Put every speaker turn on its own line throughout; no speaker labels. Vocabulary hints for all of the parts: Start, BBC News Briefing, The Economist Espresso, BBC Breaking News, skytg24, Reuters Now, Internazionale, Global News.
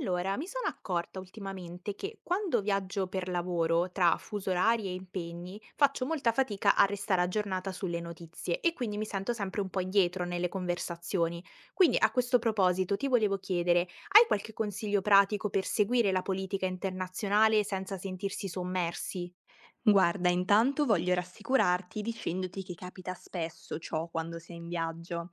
Allora, mi sono accorta ultimamente che quando viaggio per lavoro, tra fuso orari e impegni, faccio molta fatica a restare aggiornata sulle notizie e quindi mi sento sempre un po' indietro nelle conversazioni. Quindi a questo proposito ti volevo chiedere, hai qualche consiglio pratico per seguire la politica internazionale senza sentirsi sommersi?
Guarda, intanto voglio rassicurarti dicendoti che capita spesso ciò quando sei in viaggio.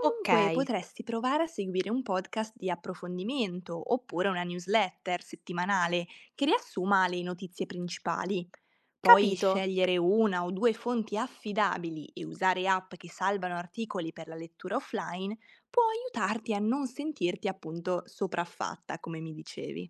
Ok,
potresti provare a seguire un podcast di approfondimento oppure una newsletter settimanale che riassuma le notizie principali. Poi
capito.
scegliere una o due fonti affidabili e usare app che salvano articoli per la lettura offline può aiutarti a non sentirti appunto sopraffatta, come mi dicevi.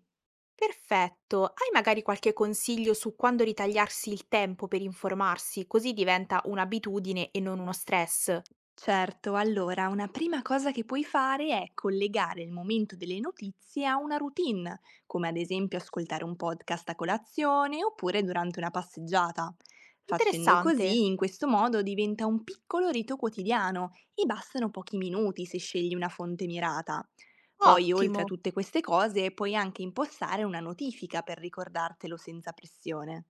Perfetto. Hai magari qualche consiglio su quando ritagliarsi il tempo per informarsi, così diventa un'abitudine e non uno stress?
Certo, allora una prima cosa che puoi fare è collegare il momento delle notizie a una routine, come ad esempio ascoltare un podcast a colazione oppure durante una passeggiata. Facendo
Interessante,
così, in questo modo diventa un piccolo rito quotidiano e bastano pochi minuti se scegli una fonte mirata. Poi, oltre a
ottimo,
tutte queste cose, puoi anche impostare una notifica per ricordartelo senza pressione.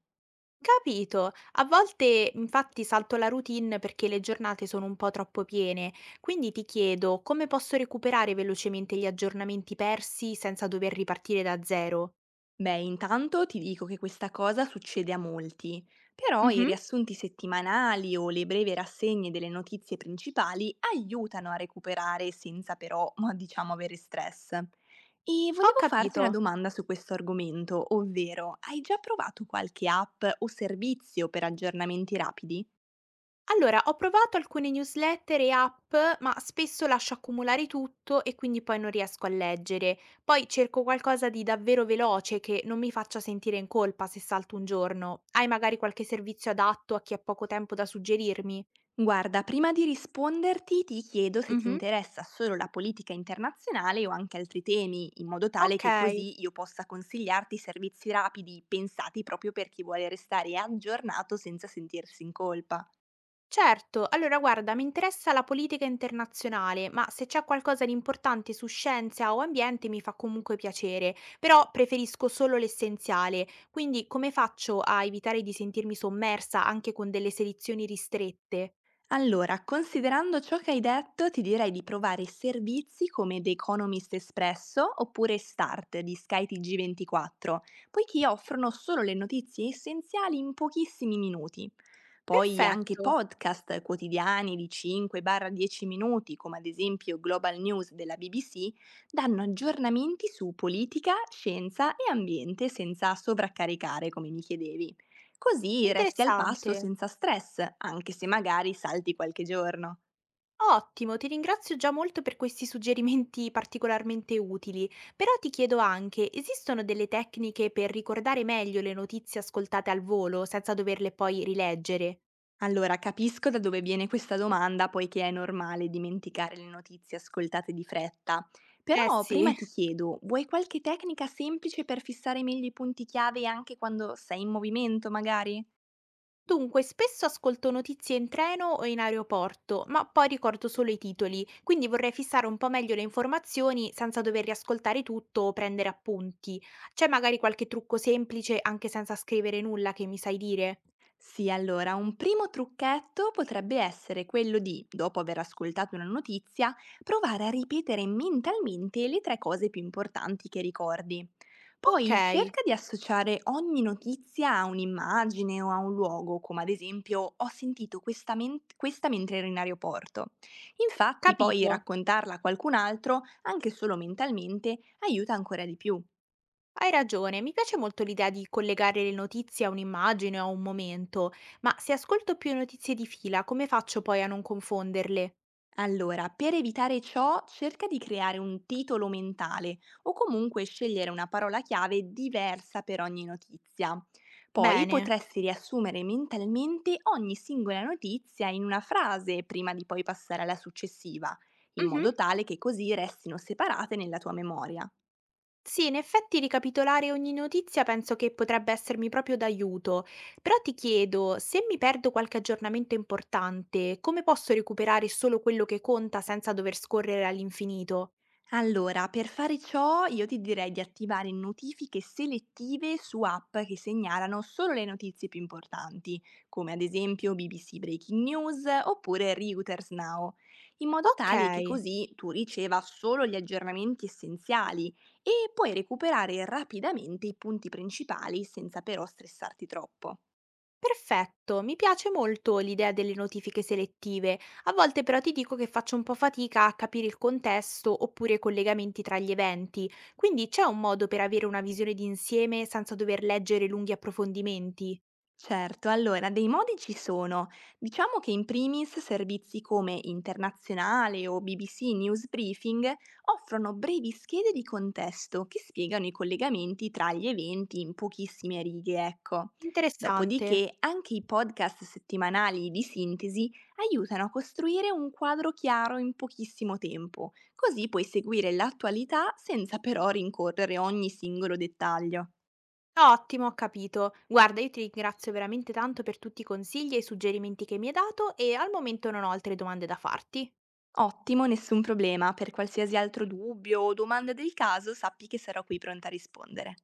capito. A volte infatti salto la routine perché le giornate sono un po' troppo piene, quindi ti chiedo come posso recuperare velocemente gli aggiornamenti persi senza dover ripartire da zero?
Beh, intanto ti dico che questa cosa succede a molti, però i
Mhm.
riassunti settimanali o le brevi rassegne delle notizie principali aiutano a recuperare senza però, ma diciamo, avere stress. E
Ho
volevo farti una
capito.
domanda su questo argomento, ovvero hai già provato qualche app o servizio per aggiornamenti rapidi?
Allora, ho provato alcune newsletter e app, ma spesso lascio accumulare tutto e quindi poi non riesco a leggere. Poi cerco qualcosa di davvero veloce che non mi faccia sentire in colpa se salto un giorno. Hai magari qualche servizio adatto a chi ha poco tempo da suggerirmi?
Guarda, prima di risponderti ti chiedo se ti
Mhm.
interessa solo la politica internazionale o anche altri temi, in modo tale che
Ok.
così io possa consigliarti servizi rapidi pensati proprio per chi vuole restare aggiornato senza sentirsi in colpa.
Certo, allora guarda, mi interessa la politica internazionale, ma se c'è qualcosa di importante su scienza o ambiente mi fa comunque piacere, però preferisco solo l'essenziale, quindi come faccio a evitare di sentirmi sommersa anche con delle selezioni ristrette?
Allora, considerando ciò che hai detto, ti direi di provare servizi come The Economist Espresso oppure Start di skytg 24 poiché offrono solo le notizie essenziali in pochissimi minuti. Poi anche
Perfetto,
podcast quotidiani di 5-10 minuti, come ad esempio Global News della BBC, danno aggiornamenti su politica, scienza e ambiente senza sovraccaricare, come mi chiedevi. Così resti al passo
interessante.
senza stress, anche se magari salti qualche giorno.
Ottimo, ti ringrazio già molto per questi suggerimenti particolarmente utili, però ti chiedo anche, esistono delle tecniche per ricordare meglio le notizie ascoltate al volo senza doverle poi rileggere?
Allora, capisco da dove viene questa domanda, poiché è normale dimenticare le notizie ascoltate di fretta.
Eh
Però
sì.
prima ti chiedo, vuoi qualche tecnica semplice per fissare meglio i punti chiave anche quando sei in movimento, magari?
Dunque, spesso ascolto notizie in treno o in aeroporto, ma poi ricordo solo i titoli, quindi vorrei fissare un po' meglio le informazioni senza dover riascoltare tutto o prendere appunti. C'è magari qualche trucco semplice, anche senza scrivere nulla, che mi sai dire?
Sì, allora, un primo trucchetto potrebbe essere quello di, dopo aver ascoltato una notizia, provare a ripetere mentalmente le 3 cose più importanti che ricordi.
Ok,
Poi cerca di associare ogni notizia a un'immagine o a un luogo, come ad esempio ho sentito questa, questa mentre ero in aeroporto. Infatti poi
capito.
raccontarla a qualcun altro, anche solo mentalmente, aiuta ancora di più.
Hai ragione, mi piace molto l'idea di collegare le notizie a un'immagine o a un momento, ma se ascolto più notizie di fila, come faccio poi a non confonderle?
Allora, per evitare ciò, cerca di creare un titolo mentale o comunque scegliere una parola chiave diversa per ogni notizia. Poi
Bene.
potresti riassumere mentalmente ogni singola notizia in una frase prima di poi passare alla successiva, in
Mhm.
modo tale che così restino separate nella tua memoria.
Sì, in effetti ricapitolare ogni notizia penso che potrebbe essermi proprio d'aiuto, però ti chiedo, se mi perdo qualche aggiornamento importante, come posso recuperare solo quello che conta senza dover scorrere all'infinito?
Allora, per fare ciò io ti direi di attivare notifiche selettive su app che segnalano solo le notizie più importanti, come ad esempio BBC Breaking News oppure Reuters Now, in modo
Ok,
tale che così tu riceva solo gli aggiornamenti essenziali e puoi recuperare rapidamente i punti principali senza però stressarti troppo.
perfetto, mi piace molto l'idea delle notifiche selettive, a volte però ti dico che faccio un po' fatica a capire il contesto oppure i collegamenti tra gli eventi, quindi c'è un modo per avere una visione d'insieme senza dover leggere lunghi approfondimenti?
Certo, allora dei modi ci sono. Diciamo che in primis servizi come Internazionale o BBC News Briefing offrono brevi schede di contesto che spiegano i collegamenti tra gli eventi in pochissime righe, ecco.
Interessante.
Dopodiché anche i podcast settimanali di sintesi aiutano a costruire un quadro chiaro in pochissimo tempo, così puoi seguire l'attualità senza però rincorrere ogni singolo dettaglio.
Ottimo, ho capito. Guarda, io ti ringrazio veramente tanto per tutti i consigli e i suggerimenti che mi hai dato e al momento non ho altre domande da farti.
Ottimo, nessun problema. Per qualsiasi altro dubbio o domanda del caso, sappi che sarò qui pronta a rispondere.